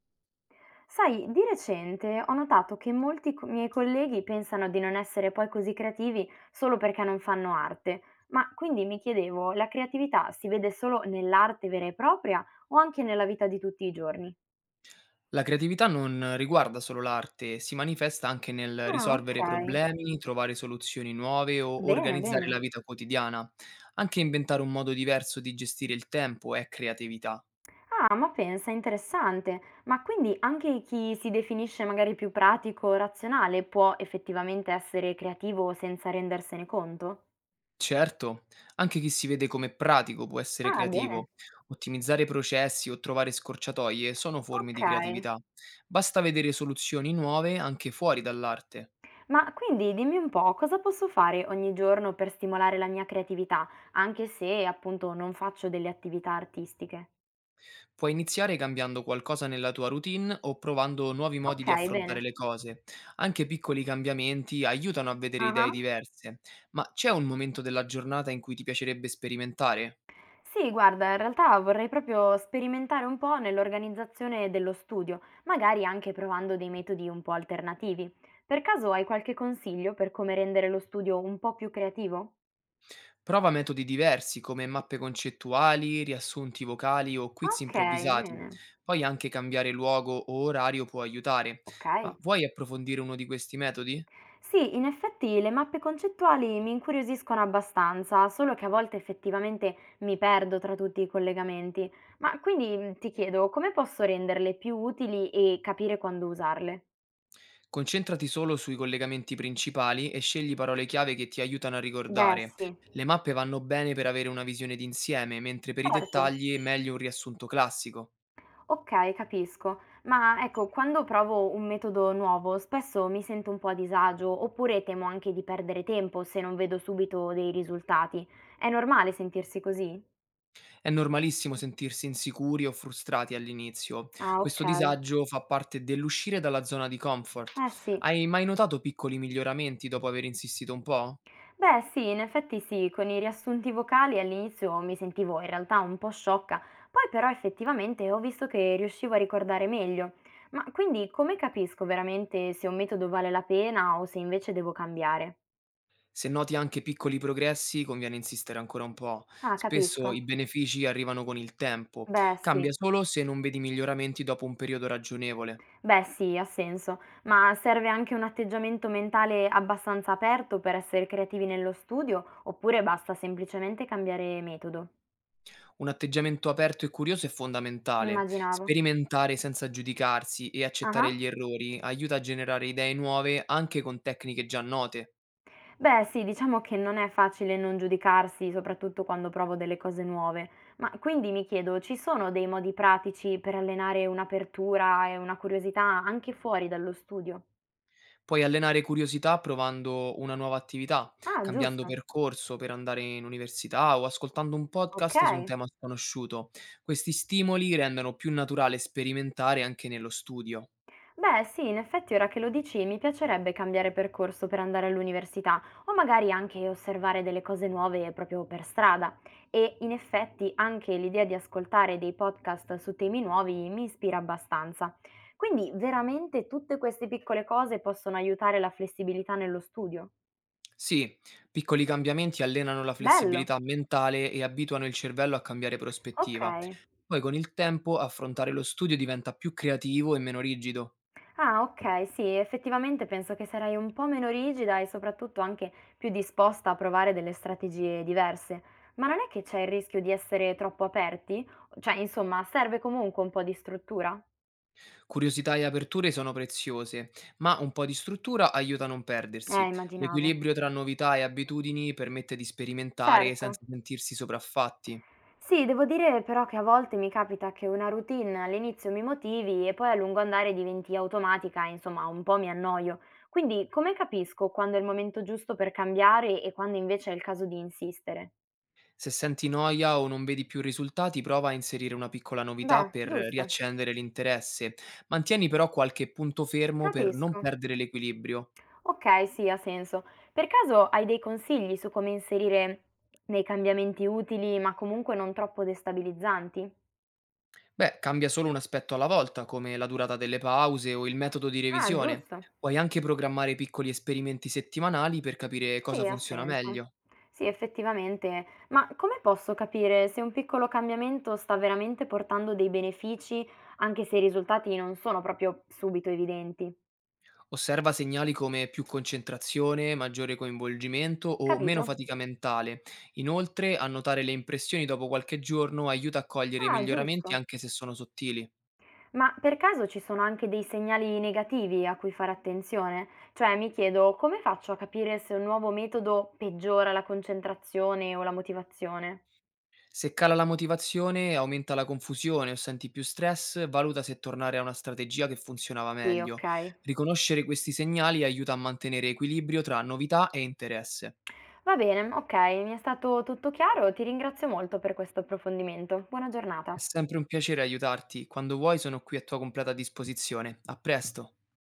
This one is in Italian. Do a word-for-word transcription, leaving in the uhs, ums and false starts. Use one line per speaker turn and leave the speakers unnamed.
Sai, di recente ho notato che molti co- miei colleghi pensano di non essere poi così creativi solo perché non fanno arte, ma quindi mi chiedevo, la creatività si vede solo nell'arte vera e propria o anche nella vita di tutti i giorni?
La creatività non riguarda solo l'arte, si manifesta anche nel
Ah, ok.
risolvere problemi, trovare soluzioni nuove o
Bene,
organizzare
bene.
la vita quotidiana. Anche inventare un modo diverso di gestire il tempo è creatività.
Ah, ma pensa, interessante. Ma quindi anche chi si definisce magari più pratico o razionale può effettivamente essere creativo senza rendersene conto?
Certo, anche chi si vede come pratico può essere
Ah, bene.
creativo. Ottimizzare processi o trovare scorciatoie sono forme
Ok.
di creatività. Basta vedere soluzioni nuove anche fuori dall'arte.
Ma quindi dimmi un po', cosa posso fare ogni giorno per stimolare la mia creatività, anche se appunto non faccio delle attività artistiche?
Puoi iniziare cambiando qualcosa nella tua routine o provando nuovi modi di
Okay,
affrontare
bene.
le cose. Anche piccoli cambiamenti aiutano a vedere idee
Ah-ah.
diverse, ma c'è un momento della giornata in cui ti piacerebbe sperimentare?
Sì, guarda, in realtà vorrei proprio sperimentare un po' nell'organizzazione dello studio, magari anche provando dei metodi un po' alternativi. Per caso hai qualche consiglio per come rendere lo studio un po' più creativo?
Prova metodi diversi come mappe concettuali, riassunti vocali o
Ah,
quiz
okay,
improvvisati.
bene.
Poi anche cambiare luogo o orario può aiutare. Ma
Okay.
vuoi approfondire uno di questi metodi?
Sì, in effetti le mappe concettuali mi incuriosiscono abbastanza, solo che a volte effettivamente mi perdo tra tutti i collegamenti. Ma quindi mm, ti chiedo, come posso renderle più utili e capire quando usarle?
Concentrati solo sui collegamenti principali e scegli parole chiave che ti aiutano a
Beh,
ricordare.
sì,
Le mappe vanno bene per avere una visione d'insieme, mentre per i
certo.
dettagli è meglio un riassunto classico.
Ok, capisco. Ma ecco, quando provo un metodo nuovo, spesso mi sento un po' a disagio, oppure temo anche di perdere tempo se non vedo subito dei risultati. È normale sentirsi così?
È normalissimo sentirsi insicuri o frustrati all'inizio.
Ah, ok.
Questo disagio fa parte dell'uscire dalla zona di comfort.
Eh sì.
Hai mai notato piccoli miglioramenti dopo aver insistito un po'?
Beh, sì, in effetti sì, con i riassunti vocali all'inizio mi sentivo in realtà un po' sciocca, poi però effettivamente ho visto che riuscivo a ricordare meglio. Ma quindi come capisco veramente se un metodo vale la pena o se invece devo cambiare?
Se noti anche piccoli progressi, conviene insistere ancora un po'.
Ah,
Spesso
capisco.
i benefici arrivano con il tempo.
Beh, sì.
Cambia solo se non vedi miglioramenti dopo un periodo ragionevole.
Beh, sì, ha senso, ma serve anche un atteggiamento mentale abbastanza aperto per essere creativi nello studio, oppure basta semplicemente cambiare metodo?
Un atteggiamento aperto e curioso è fondamentale.
Immaginavo.
Sperimentare senza giudicarsi e accettare
Ah.
gli errori aiuta a generare idee nuove anche con tecniche già note.
Beh sì, diciamo che non è facile non giudicarsi, soprattutto quando provo delle cose nuove. Ma quindi mi chiedo, ci sono dei modi pratici per allenare un'apertura e una curiosità anche fuori dallo studio?
Puoi allenare curiosità provando una nuova attività,
Ah,
cambiando
giusto.
percorso per andare in università o ascoltando un
Ok.
podcast su un tema sconosciuto. Questi stimoli rendono più naturale sperimentare anche nello studio.
Beh, sì, in effetti ora che lo dici mi piacerebbe cambiare percorso per andare all'università o magari anche osservare delle cose nuove proprio per strada. E in effetti anche l'idea di ascoltare dei podcast su temi nuovi mi ispira abbastanza. Quindi veramente tutte queste piccole cose possono aiutare la flessibilità nello studio.
Sì, piccoli cambiamenti allenano la
Bello.
flessibilità mentale e abituano il cervello a cambiare
Ok.
prospettiva. Poi con il tempo affrontare lo studio diventa più creativo e meno rigido.
Ah, okay, sì, effettivamente penso che sarei un po' meno rigida e soprattutto anche più disposta a provare delle strategie diverse. Ma non è che c'è il rischio di essere troppo aperti? Cioè, insomma, serve comunque un po' di struttura?
Curiosità e aperture sono preziose, ma un po' di struttura aiuta a non
Eh,
perdersi.
immaginavo.
L'equilibrio tra novità e abitudini permette di sperimentare
Certo.
senza sentirsi sopraffatti.
Sì, devo dire però che a volte mi capita che una routine all'inizio mi motivi e poi a lungo andare diventi automatica e insomma un po' mi annoio. Quindi come capisco quando è il momento giusto per cambiare e quando invece è il caso di insistere?
Se senti noia o non vedi più risultati, prova a inserire una piccola novità
Beh,
per
giusto.
riaccendere l'interesse. Mantieni però qualche punto fermo per
Capisco.
non perdere l'equilibrio.
Okay, sì, ha senso. Per caso hai dei consigli su come inserire dei cambiamenti utili, ma comunque non troppo destabilizzanti?
Beh, cambia solo un aspetto alla volta, come la durata delle pause o il metodo di
Ah,
revisione.
giusto.
Puoi anche programmare piccoli esperimenti settimanali per capire
Sì,
cosa
ha
funziona
senso.
meglio.
Sì, effettivamente. Ma come posso capire se un piccolo cambiamento sta veramente portando dei benefici, anche se i risultati non sono proprio subito evidenti?
Osserva segnali come più concentrazione, maggiore coinvolgimento o
Capito?
meno fatica mentale. Inoltre, annotare le impressioni dopo qualche giorno aiuta a cogliere i
Ah,
miglioramenti
giusto.
anche se sono sottili.
Ma per caso ci sono anche dei segnali negativi a cui fare attenzione? Cioè, mi chiedo come faccio a capire se un nuovo metodo peggiora la concentrazione o la motivazione?
Se cala la motivazione, aumenta la confusione o senti più stress, valuta se tornare a una strategia che funzionava
Sì,
meglio.
ok.
Riconoscere questi segnali aiuta a mantenere equilibrio tra novità e interesse.
Va bene, ok, mi è stato tutto chiaro, ti ringrazio molto per questo approfondimento. Buona giornata.
È sempre un piacere aiutarti, quando vuoi sono qui a tua completa disposizione. A presto!